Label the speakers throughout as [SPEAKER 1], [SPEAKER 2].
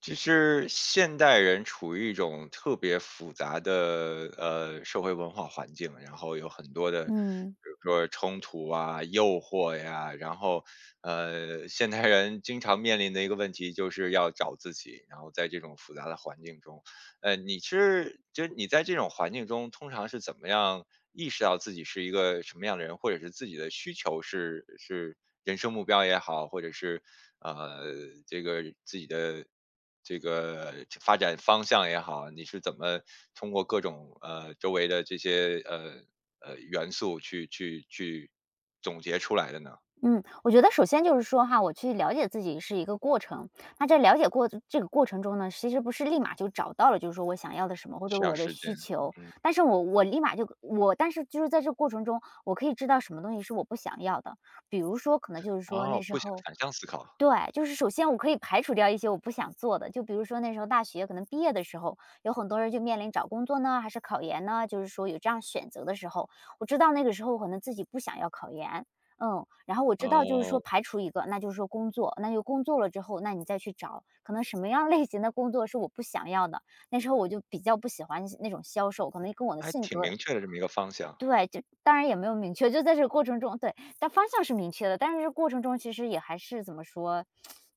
[SPEAKER 1] 就是现代人处于一种特别复杂的社会文化环境，然后有很多的，比
[SPEAKER 2] 嗯
[SPEAKER 1] 如说冲突啊、诱惑呀，然后现代人经常面临的一个问题就是要找自己，然后在这种复杂的环境中，你是就是你在这种环境中通常是怎么样意识到自己是一个什么样的人，或者是自己的需求是人生目标也好，或者是呃这个自己的这个发展方向也好，你是怎么通过各种周围的这些元素去总结出来的呢？
[SPEAKER 2] 嗯，我觉得首先就是说哈，我去了解自己是一个过程。那在了解过这个过程中呢，其实不是立马就找到了，就是说我想要的什么或者
[SPEAKER 1] 需要
[SPEAKER 2] 我的
[SPEAKER 1] 时间，
[SPEAKER 2] 需求，
[SPEAKER 1] 嗯，
[SPEAKER 2] 但是我立马就我，但是就是在这个过程中，我可以知道什么东西是我不想要的。比如说，可能就是说那
[SPEAKER 1] 哦，
[SPEAKER 2] 时
[SPEAKER 1] 不想
[SPEAKER 2] 候
[SPEAKER 1] 反向思考，
[SPEAKER 2] 对，就是首先我可以排除掉一些我不想做的，就比如说那时候大学可能毕业的时候，有很多人就面临找工作呢，还是考研呢，就是说有这样选择的时候，我知道那个时候我可能自己不想要考研。嗯，然后我知道就是
[SPEAKER 1] 哦，
[SPEAKER 2] 说排除一个，那就是说工作，那就工作了之后，那你再去找可能什么样类型的工作是我不想要的，那时候我就比较不喜欢那种销售，可能跟我的
[SPEAKER 1] 还
[SPEAKER 2] 性
[SPEAKER 1] 挺
[SPEAKER 2] 格
[SPEAKER 1] 明确的这么一个方向，
[SPEAKER 2] 对，就当然也没有明确，就在这个过程中对，但方向是明确的，但是这过程中其实也还是怎么说，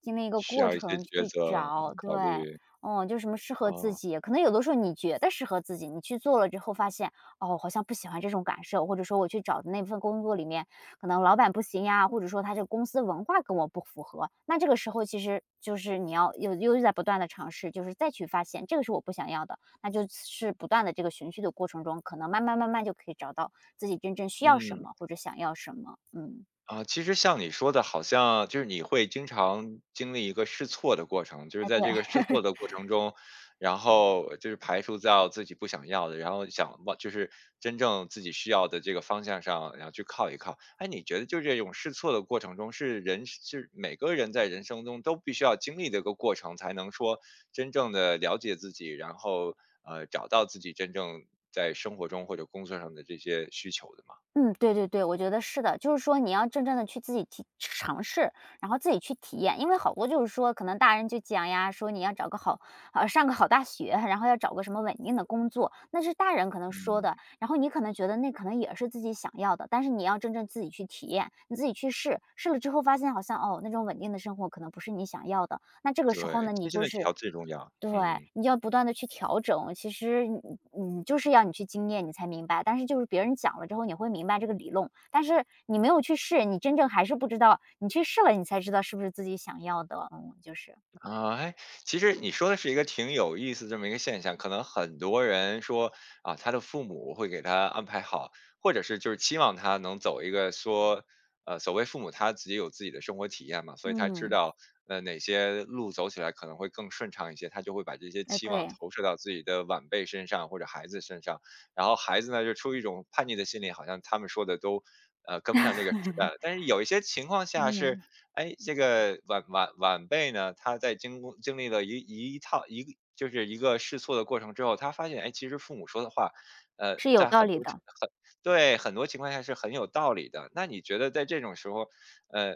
[SPEAKER 2] 经历一个
[SPEAKER 1] 需
[SPEAKER 2] 过
[SPEAKER 1] 要一些
[SPEAKER 2] 程
[SPEAKER 1] 抉
[SPEAKER 2] 去
[SPEAKER 1] 择、
[SPEAKER 2] 找，对。
[SPEAKER 1] 考虑，
[SPEAKER 2] 嗯，就什么适合自
[SPEAKER 1] 哦，
[SPEAKER 2] 己，可能有的时候你觉得适合自己，你去做了之后发现，哦，好像不喜欢这种感受，或者说我去找的那份工作里面，可能老板不行呀，或者说他这公司文化跟我不符合，那这个时候其实就是你要又在不断的尝试，就是再去发现这个是我不想要的，那就是不断的这个循序的过程中，可能慢慢慢慢就可以找到自己真正需要什
[SPEAKER 1] 嗯。
[SPEAKER 2] 么或者想要什么。嗯，
[SPEAKER 1] 啊，其实像你说的，好像就是你会经常经历一个试错的过程，就是
[SPEAKER 2] 哎，
[SPEAKER 1] 在这个
[SPEAKER 2] 对。
[SPEAKER 1] 试错的过程中，然后就是排除掉自己不想要的，然后想往就是真正自己需要的这个方向上，然后去靠一靠。哎，你觉得就这种试错的过程中，是人是每个人在人生中都必须要经历的一个过程，才能说真正的了解自己，然后找到自己真正在生活中或者工作上的这些需求的吗？
[SPEAKER 2] 嗯，对对对，我觉得是的，就是说你要真正的去自己去尝试，然后自己去体验，因为好多就是说，可能大人就讲呀，说你要找个好，上个好大学，然后要找个什么稳定的工作，那是大人可能说
[SPEAKER 1] 嗯。
[SPEAKER 2] 的，然后你可能觉得那可能也是自己想要的，但是你要真正自己去体验，你自己去试，试了之后发现好像哦，那种稳定的生活可能不是你想要的，那这个时
[SPEAKER 1] 对，
[SPEAKER 2] 候呢，
[SPEAKER 1] 清
[SPEAKER 2] 你
[SPEAKER 1] 心
[SPEAKER 2] 就
[SPEAKER 1] 的体
[SPEAKER 2] 是
[SPEAKER 1] 条最重要。
[SPEAKER 2] 对，
[SPEAKER 1] 嗯，
[SPEAKER 2] 你要不断的去调整，其实你就是要你去经验，你才明白。但是就是别人讲了之后，你会明白这个理论，但是你没有去试，你真正还是不知道。你去试了，你才知道是不是自己想要的。嗯，就是。
[SPEAKER 1] 啊，哎，其实你说的是一个挺有意思这么一个现象，可能很多人说啊，他的父母会给他安排好，或者是就是期望他能走一个说，所谓父母他自己有自己的生活体验嘛，所以他知
[SPEAKER 2] 嗯，
[SPEAKER 1] 道哪些路走起来可能会更顺畅一些，他就会把这些
[SPEAKER 2] 哎，
[SPEAKER 1] 期望
[SPEAKER 2] 对。
[SPEAKER 1] 投射到自己的晚辈身上或者孩子身上，然后孩子呢就出于一种叛逆的心理，好像他们说的都。跟不上这个时代了，但是有一些情况下是，
[SPEAKER 2] 嗯，
[SPEAKER 1] 哎，这个晚辈呢，他在经历了一一套一个就是一个试错的过程之后，他发现，哎，其实父母说的话，
[SPEAKER 2] 是有
[SPEAKER 1] 在
[SPEAKER 2] 道
[SPEAKER 1] 很
[SPEAKER 2] 理
[SPEAKER 1] 多情
[SPEAKER 2] 的。
[SPEAKER 1] 很对，很多情况下是很有道理的。那你觉得在这种时候，呃，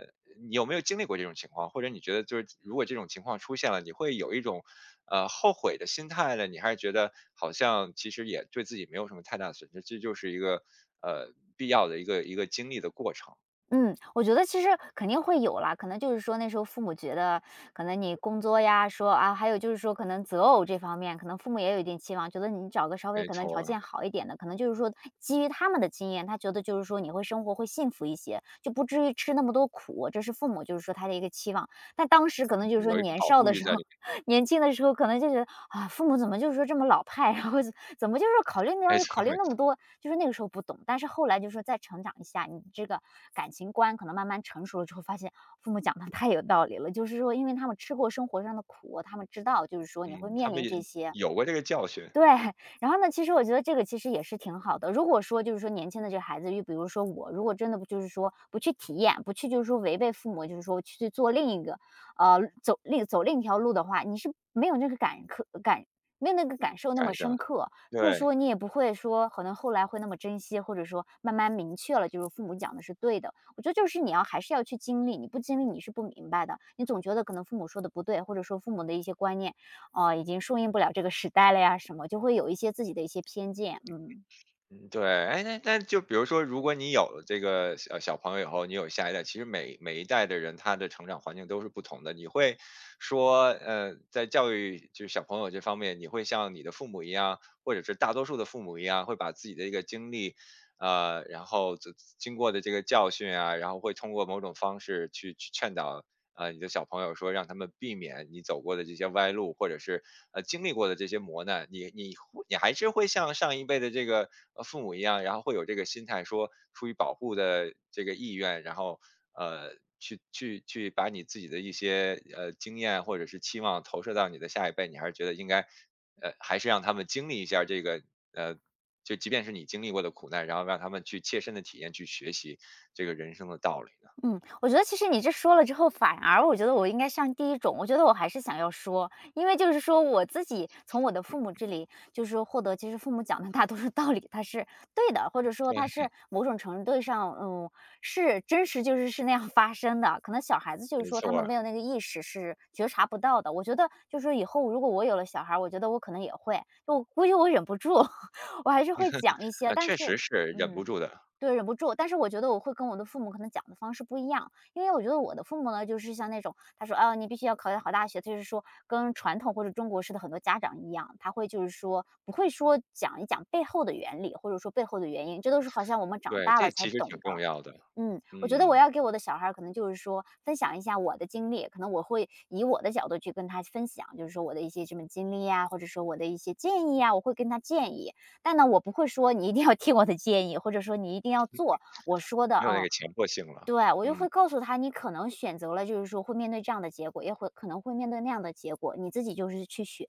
[SPEAKER 1] 你有没有经历过这种情况？或者你觉得就是如果这种情况出现了，你会有一种后悔的心态呢？你还是觉得好像其实也对自己没有什么太大的损失，这就是一个必要的一个经历的过程。
[SPEAKER 2] 嗯，我觉得其实肯定会有啦，可能就是说那时候父母觉得，可能你工作呀，说啊，还有就是说可能择偶这方面，可能父母也有一定期望，觉得你找个稍微
[SPEAKER 1] 没
[SPEAKER 2] 可能条
[SPEAKER 1] 错，
[SPEAKER 2] 件好一点的，可能就是说基于他们的经验，他觉得就是说你会生活会幸福一些，就不至于吃那么多苦，这是父母就是说他的一个期望。但当时可能就是说
[SPEAKER 1] 有一个
[SPEAKER 2] 年
[SPEAKER 1] 保
[SPEAKER 2] 少
[SPEAKER 1] 护
[SPEAKER 2] 的
[SPEAKER 1] 欲
[SPEAKER 2] 时
[SPEAKER 1] 在
[SPEAKER 2] 候，
[SPEAKER 1] 里。
[SPEAKER 2] 年轻的时候可能就觉得，啊，父母怎么就是说这么老派，然后怎么就是考虑那
[SPEAKER 1] 没
[SPEAKER 2] 要
[SPEAKER 1] 错，
[SPEAKER 2] 考虑
[SPEAKER 1] 没
[SPEAKER 2] 那
[SPEAKER 1] 错。
[SPEAKER 2] 么多，就是那个时候不懂。但是后来就是说再成长一下，你这个感情观可能慢慢成熟了之后，发现父母讲的太有道理了。就是说，因为他们吃过生活上的苦，他们知道就是说你会
[SPEAKER 1] 嗯，他
[SPEAKER 2] 面
[SPEAKER 1] 们
[SPEAKER 2] 临
[SPEAKER 1] 也
[SPEAKER 2] 这些。
[SPEAKER 1] 有过这个教训，
[SPEAKER 2] 对，然后呢，其实我觉得这个其实也是挺好的。如果说就是说年轻的这个孩子，就比如说我，如果真的不就是说不去体验，不去就是说违背父母，就是说去去做另一个，走另走一条路的话，你是没有那个感刻感，没有那个感受那
[SPEAKER 1] 感
[SPEAKER 2] 么
[SPEAKER 1] 觉上。
[SPEAKER 2] 深刻，所以
[SPEAKER 1] 对，
[SPEAKER 2] 说你也不会说可能后来会那么珍惜，或者说慢慢明确了，就是父母讲的是对的。我觉得就是你要还是要去经历，你不经历你是不明白的，你总觉得可能父母说的不对，或者说父母的一些观念已经顺应不了这个时代了呀什么，就会有一些自己的一些偏见。嗯。
[SPEAKER 1] 嗯，对。哎，那就比如说，如果你有了这个小朋友以后，你有下一代，其实每一代的人，他的成长环境都是不同的。你会说，在教育就是小朋友这方面，你会像你的父母一样，或者是大多数的父母一样，会把自己的一个经历，然后这经过的这个教训啊，然后会通过某种方式去劝导你的小朋友说让他们避免你走过的这些歪路，或者是经历过的这些磨难，你还是会像上一辈的这个父母一样，然后会有这个心态，说出于保护的这个意愿，然后去把你自己的一些经验或者是期望投射到你的下一辈，你还是觉得应该还是让他们经历一下这个呃。就即便是你经历过的苦难，然后让他们去切身的体验、去学习这个人生的道理呢？
[SPEAKER 2] 嗯，我觉得其实你这说了之后，反而我觉得我应该像第一种，我觉得我还是想要说，因为就是说我自己从我的父母这里，就是获得其实父母讲的大多数道理，他是对的，或者说
[SPEAKER 1] 对，
[SPEAKER 2] 他是某种程度上，嗯，是真实，就是是那样发生的。可能小孩子就是
[SPEAKER 1] 没
[SPEAKER 2] 说他们
[SPEAKER 1] 错，
[SPEAKER 2] 没有那个意识，是觉察不到的。我觉得就是说以后如果我有了小孩儿我觉得我可能也会，就我估计我忍不住，我还是会讲一些，但
[SPEAKER 1] 确
[SPEAKER 2] 是，
[SPEAKER 1] 实是忍不
[SPEAKER 2] 嗯。
[SPEAKER 1] 住的，
[SPEAKER 2] 对，忍不住，但是我觉得我会跟我的父母可能讲的方式不一样，因为我觉得我的父母呢，就是像那种他说：“啊，你必须要考一个好大学。”就是说跟传统或者中国式的很多家长一样，他会就是说不会说讲一讲背后的原理，或者说背后的原因，这都是好像我们长
[SPEAKER 1] 对，
[SPEAKER 2] 大
[SPEAKER 1] 这
[SPEAKER 2] 了才
[SPEAKER 1] 其实
[SPEAKER 2] 懂
[SPEAKER 1] 挺重
[SPEAKER 2] 的。
[SPEAKER 1] 要的，
[SPEAKER 2] 嗯，我觉得我
[SPEAKER 1] 嗯，
[SPEAKER 2] 要给我的小孩儿可能就是说分享一下我的经历，可能我会以我的角度去跟他分享，就是说我的一些什么经历呀，或者说我的一些建议呀，我会跟他建议。但呢，我不会说你一定要听我的建议，或者说你一定要做我说的。
[SPEAKER 1] 没有那
[SPEAKER 2] 嗯。
[SPEAKER 1] 个强迫性了，
[SPEAKER 2] 对，我就
[SPEAKER 1] 嗯，
[SPEAKER 2] 会告诉他，你可能选择了，就是说会面对这样的结果，也会可能会面对那样的结果，你自己就是去选。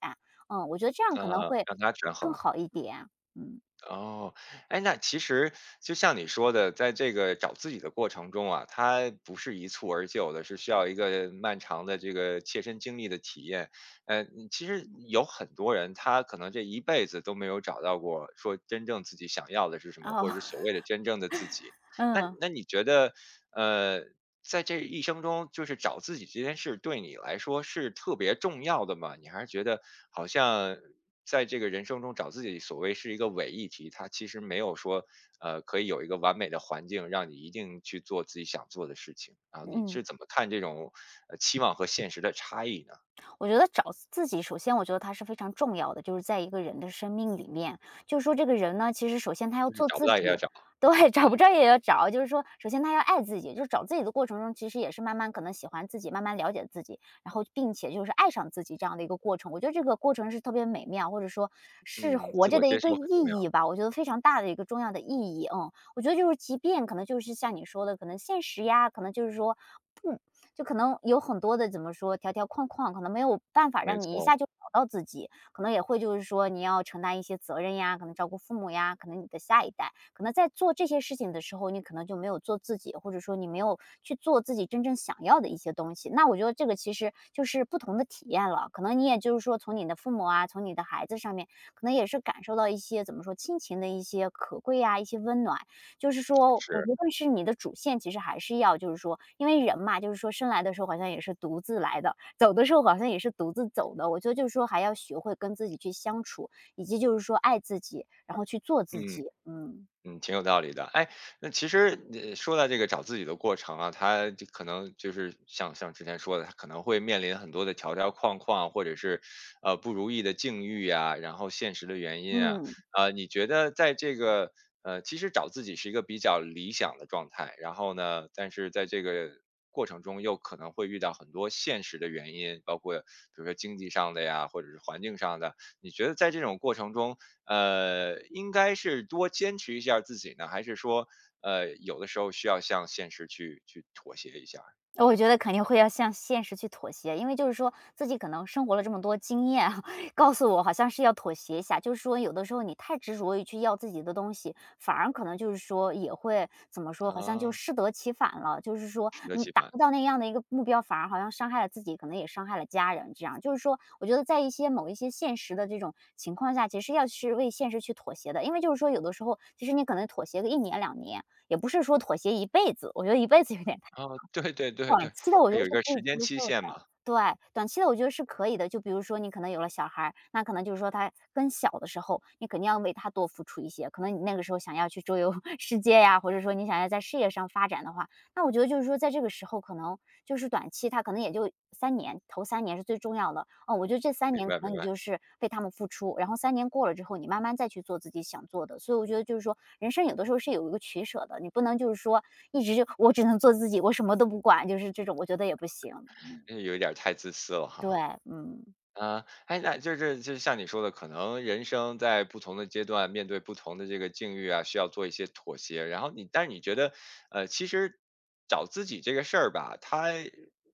[SPEAKER 2] 嗯，我觉得这样可能会
[SPEAKER 1] 让它权
[SPEAKER 2] 更
[SPEAKER 1] 衡。
[SPEAKER 2] 好一点。嗯，
[SPEAKER 1] 哦，哎，那其实就像你说的，在这个找自己的过程中啊，它不是一蹴而就的，是需要一个漫长的这个切身经历的体验。其实有很多人他可能这一辈子都没有找到过说真正自己想要的是什么，或
[SPEAKER 2] 哦，
[SPEAKER 1] 者是所 谓的真正的自己。那
[SPEAKER 2] 嗯。
[SPEAKER 1] 那你觉得，呃，在这一生中，就是找自己这件事对你来说是特别重要的吗？你还是觉得好像在这个人生中找自己所谓是一个伪议题，它其实没有说，可以有一个完美的环境让你一定去做自己想做的事情。然后你
[SPEAKER 2] 嗯。
[SPEAKER 1] 是怎么看这种期望和现实的差异呢？
[SPEAKER 2] 我觉得找自己，首先我觉得它是非常重要的，就是在一个人的生命里面，就是说这个人呢，其实首先他要
[SPEAKER 1] 就是
[SPEAKER 2] 做
[SPEAKER 1] 找不
[SPEAKER 2] 自
[SPEAKER 1] 到也要
[SPEAKER 2] 己，
[SPEAKER 1] 找，
[SPEAKER 2] 对，找不着也要找，就是说首先他要爱自己，就是找自己的过程中，其实也是慢慢可能喜欢自己，慢慢了解自己，然后并且就是爱上自己这样的一个过程。我觉得这个过程是特别美妙，或者说是
[SPEAKER 1] 嗯，
[SPEAKER 2] 活
[SPEAKER 1] 自
[SPEAKER 2] 着
[SPEAKER 1] 我
[SPEAKER 2] 的
[SPEAKER 1] 接
[SPEAKER 2] 一个
[SPEAKER 1] 受很重
[SPEAKER 2] 意
[SPEAKER 1] 要，
[SPEAKER 2] 义吧，我觉得非常大的一个重要的意义。嗯，我觉得就是即便可能就是像你说的，可能现实呀，可能就是说。不就可能有很多的怎么说，条条框框，可能没有办法
[SPEAKER 1] 没
[SPEAKER 2] 让你一
[SPEAKER 1] 错，
[SPEAKER 2] 下就找到自己，可能也会就是说你要承担一些责任呀，可能照顾父母呀，可能你的下一代，可能在做这些事情的时候，你可能就没有做自己，或者说你没有去做自己真正想要的一些东西。那我觉得这个其实就是不同的体验了，可能你也就是说从你的父母啊，从你的孩子上面，可能也是感受到一些怎么说亲情的一些可贵呀、一些温暖。就是说，我
[SPEAKER 1] 是，
[SPEAKER 2] 觉得是你的主线其实还是要就是说因为人嘛，就是说生来的时候好像也是独自来的，走的时候好像也是独自走的。我觉得就是说还要学会跟自己去相处，以及就是说爱自己，然后去做自
[SPEAKER 1] 嗯。
[SPEAKER 2] 己。嗯，
[SPEAKER 1] 嗯，挺有道理的。哎，那其实说到这个找自己的过程啊，它就可能就是像像之前说的，它可能会面临很多的条条框框，或者是不如意的境遇啊，然后现实的原因啊，
[SPEAKER 2] 嗯。
[SPEAKER 1] 你觉得在这个其实找自己是一个比较理想的状态，然后呢，但是在这个过程中又可能会遇到很多现实的原因，包括比如说经济上的呀，或者是环境上的，你觉得在这种过程中，应该是多坚持一下自己呢，还是说，有的时候需要向现实去妥协一下
[SPEAKER 2] 我觉得肯定会要向现实去妥协，因为就是说自己可能生活了这么多经验啊 告诉我好像是要妥协一下。就是说有的时候你太执着于去要自己的东西，反而可能就是说也会怎么说，好像就
[SPEAKER 1] 啊，
[SPEAKER 2] 适得其反了。就是说
[SPEAKER 1] 适得
[SPEAKER 2] 你
[SPEAKER 1] 其
[SPEAKER 2] 达
[SPEAKER 1] 反。
[SPEAKER 2] 不到那样的一个目标，反而好像伤害了自己，可能也伤害了家人。这样就是说，我觉得在一些某一些现实的这种情况下，其实要是为现实去妥协的，因为就是说有的时候其实你可能妥协个1年2年，也不是说妥协一辈子。我觉得一辈子有点。
[SPEAKER 1] 啊，对，对，对，
[SPEAKER 2] 短
[SPEAKER 1] 对，
[SPEAKER 2] 期的我
[SPEAKER 1] 它
[SPEAKER 2] 觉得
[SPEAKER 1] 有一
[SPEAKER 2] 是
[SPEAKER 1] 个
[SPEAKER 2] 可
[SPEAKER 1] 时
[SPEAKER 2] 以
[SPEAKER 1] 间
[SPEAKER 2] 接
[SPEAKER 1] 期
[SPEAKER 2] 受的，
[SPEAKER 1] 限嘛，
[SPEAKER 2] 对，短期的我觉得是可以的。就比如说你可能有了小孩儿，那可能就是说他更小的时候，你肯定要为他多付出一些。可能你那个时候想要去周游 世界呀，或者说你想要在事业上发展的话，那我觉得就是说在这个时候可能就是短期他可能也就三年，头3年是最重要的。哦，我觉得这三
[SPEAKER 1] 明
[SPEAKER 2] 年
[SPEAKER 1] 白，
[SPEAKER 2] 可
[SPEAKER 1] 明
[SPEAKER 2] 能你
[SPEAKER 1] 白。
[SPEAKER 2] 就是为他们付出，然后三年过了之后，你慢慢再去做自己想做的。所以我觉得就是说人生有的时候是有一个取舍的，你不能就是说一直就我只能做自己，我什么都不管，就是这种我觉得也不行。嗯，
[SPEAKER 1] 那有一点儿太自私了
[SPEAKER 2] 对，
[SPEAKER 1] 哈。
[SPEAKER 2] 嗯。
[SPEAKER 1] 啊，哎，那就是就像你说的，可能人生在不同的阶段，面对不同的这个境遇啊，需要做一些妥协。然后但是你觉得，其实找自己这个事儿吧，它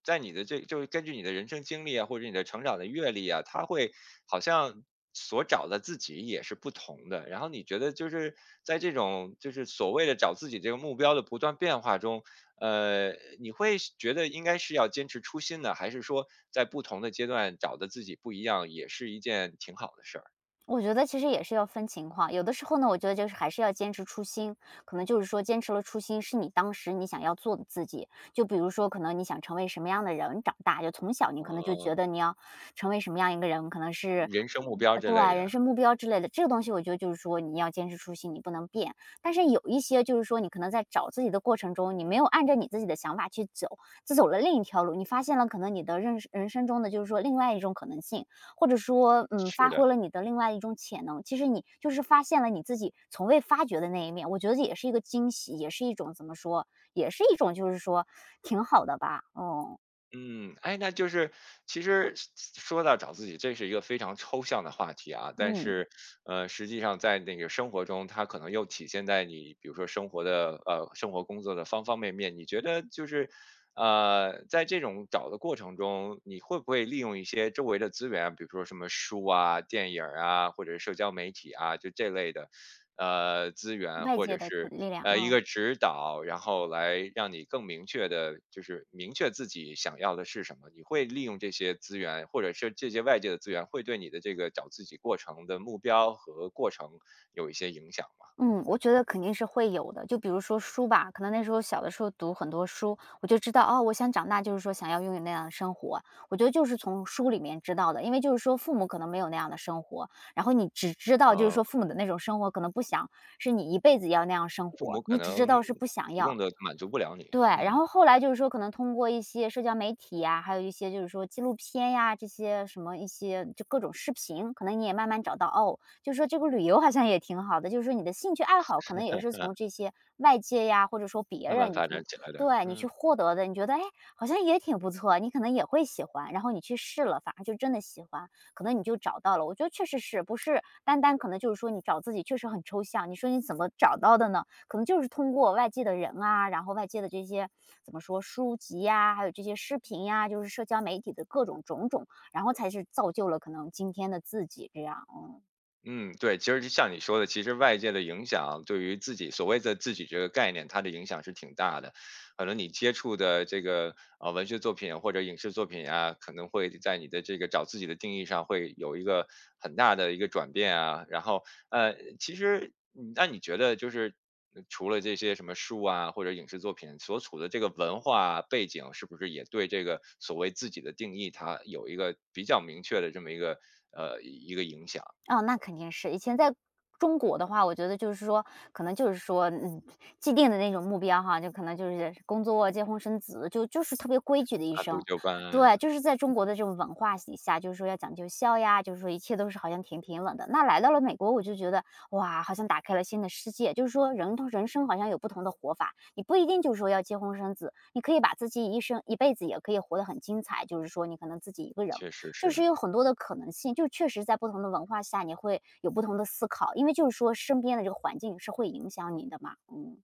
[SPEAKER 1] 在你的这，就是根据你的人生经历啊，或者你的成长的阅历啊，它会好像所找的自己也是不同的。然后你觉得，就是在这种就是所谓的找自己这个目标的不断变化中，呃，你会是觉得应该是要坚持初心呢，还是说在不同的阶段找的自己不一样，也是一件挺好的事儿？
[SPEAKER 2] 我觉得其实也是要分情况，有的时候呢，我觉得就是还是要坚持初心，可能就是说坚持了初心是你当时你想要做的自己，就比如说可能你想成为什么样的人长大，就从小你可能就
[SPEAKER 1] 呃，
[SPEAKER 2] 觉得你要成为什么样一个人，可能是。
[SPEAKER 1] 人生目标
[SPEAKER 2] 对
[SPEAKER 1] 这类
[SPEAKER 2] 对，人
[SPEAKER 1] 的，
[SPEAKER 2] 生目标之类的，这个东西我觉得就是说你要坚持初心，你不能变。但是有一些就是说你可能在找自己的过程中，你没有按照你自己的想法去走，只走了另一条路，你发现了可能你的认识人生中的就是说另外一种可能性，或者说，
[SPEAKER 1] 是
[SPEAKER 2] 发
[SPEAKER 1] 的。
[SPEAKER 2] 挥了你的另外一种潜能。其实你就是发现了你自己从未发觉的那一面，我觉得也是一个惊喜，也是一种怎么说，也是一种就是说挺好的吧。哦，
[SPEAKER 1] 嗯，哎，那就是其实是说到找自己，这是一个非常抽象的话题啊。但
[SPEAKER 2] 嗯，
[SPEAKER 1] 是，实际上在那个生活中，它可能又体现在你，比如说生活工作的方方面面。你觉得就是，在这种找的过程中，你会不会利用一些周围的资源，比如说什么书啊、电影儿啊，或者社交媒体啊，就这类的，资源，
[SPEAKER 2] 外
[SPEAKER 1] 或
[SPEAKER 2] 界
[SPEAKER 1] 者
[SPEAKER 2] 的
[SPEAKER 1] 是
[SPEAKER 2] 力量，
[SPEAKER 1] 一
[SPEAKER 2] 嗯。
[SPEAKER 1] 个指导，然后来让你更明确的，就是明确自己想要的是什么。你会利用这些资源，或者是这些外界的资源，会对你的这个找自己过程的目标和过程有一些影响吗？
[SPEAKER 2] 嗯，我觉得肯定是会有的。就比如说书吧，可能那时候小的时候读很多书，我就知道哦，我想长大就是说想要拥有那样的生活。我觉得就是从书里面知道的，因为就是说父母可能没有那样的生活，然后你只知道就是
[SPEAKER 1] 呃，
[SPEAKER 2] 说父母的那种生活可能不想是你一辈子要那样生
[SPEAKER 1] 父母
[SPEAKER 2] 活，
[SPEAKER 1] 可
[SPEAKER 2] 你只知
[SPEAKER 1] 能
[SPEAKER 2] 道是不想
[SPEAKER 1] 提供
[SPEAKER 2] 要，
[SPEAKER 1] 的满足不了你，
[SPEAKER 2] 对，然
[SPEAKER 1] 嗯，
[SPEAKER 2] 后后来就是说可能通过一些社交媒体呀，还有一些就是说纪录片呀，这些什么一些就各种视频，可能你也慢慢找到，哦，就是说这个旅游好像也挺好的，就是说你的兴趣爱好可能也是从这些外界呀，或者说别
[SPEAKER 1] 慢慢
[SPEAKER 2] 人，你
[SPEAKER 1] 发展
[SPEAKER 2] 从，
[SPEAKER 1] 起来的，
[SPEAKER 2] 对，你去
[SPEAKER 1] 嗯。
[SPEAKER 2] 获得的，你觉得，哎，好像也挺不错，你可能也会喜欢，然后你去试了，反而就真的喜欢，可能你就找到了。我觉得确实是，不是单单可能就是说你找自己确实很抽象，你说你怎么找到的呢？可能就是通过外界的人啊，然后外界的这些怎么说书籍呀，还有这些视频呀，就是社交媒体的各种种种，然后才是造就了可能今天的自己这样。嗯。
[SPEAKER 1] 嗯，对，其实就像你说的，其实外界的影响对于自己所谓的自己这个概念，它的影响是挺大的。可能你接触的这个文学作品或者影视作品啊，可能会在你的这个找自己的定义上会有一个很大的一个转变啊。然后其实那你觉得就是除了这些什么书啊或者影视作品所处的这个文化背景，是不是也对这个所谓自己的定义，它有一个比较明确的这么一个影响啊？
[SPEAKER 2] 哦，那肯定是。以前在中国的话，我觉得就是说，可能就是说，既定的那种目标哈，就可能就是工作、结婚、生子，就是特别规矩的一
[SPEAKER 1] 按部
[SPEAKER 2] 生。
[SPEAKER 1] 就班，
[SPEAKER 2] 对，就是在中国的这种文化底下，就是说要讲究孝呀，就是说一切都是好像挺平稳的。那来到了美国，我就觉得哇，好像打开了新的世界，就是说人生好像有不同的活法，你不一定就是说要结婚生子，你可以把自己一生一辈子也可以活得很精彩，就是说你可能自己一个人。
[SPEAKER 1] 确实
[SPEAKER 2] 就是
[SPEAKER 1] 是。
[SPEAKER 2] 有很多的可能性，就确实在不同的文化下，你会有不同的思考，因为就是说身边的这个环境是会影响你的嘛。嗯，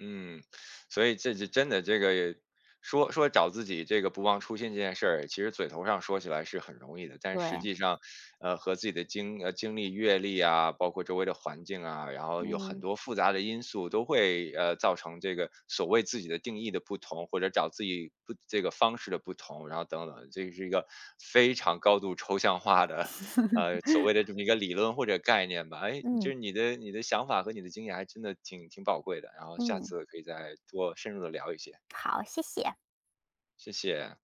[SPEAKER 1] 嗯，所以这真的这个也说说找自己这个不忘初心这件事儿，其实嘴头上说起来是很容易的，但实
[SPEAKER 2] 对，
[SPEAKER 1] 际上，和自己的经历、阅历啊，包括周围的环境啊，然后有很
[SPEAKER 2] 嗯
[SPEAKER 1] 多复杂的因素都会造成这个所谓自己的定义的不同，或者找自己不这个方式的不同，然后等等，这是一个非常高度抽象化的所谓的这么一个理论或者概念吧。哎，就
[SPEAKER 2] 嗯
[SPEAKER 1] 是你的想法和你的经验还真的挺挺宝贵的，然后下
[SPEAKER 2] 嗯，
[SPEAKER 1] 次可以再多深入的聊一些，
[SPEAKER 2] 好，谢谢。
[SPEAKER 1] 谢谢。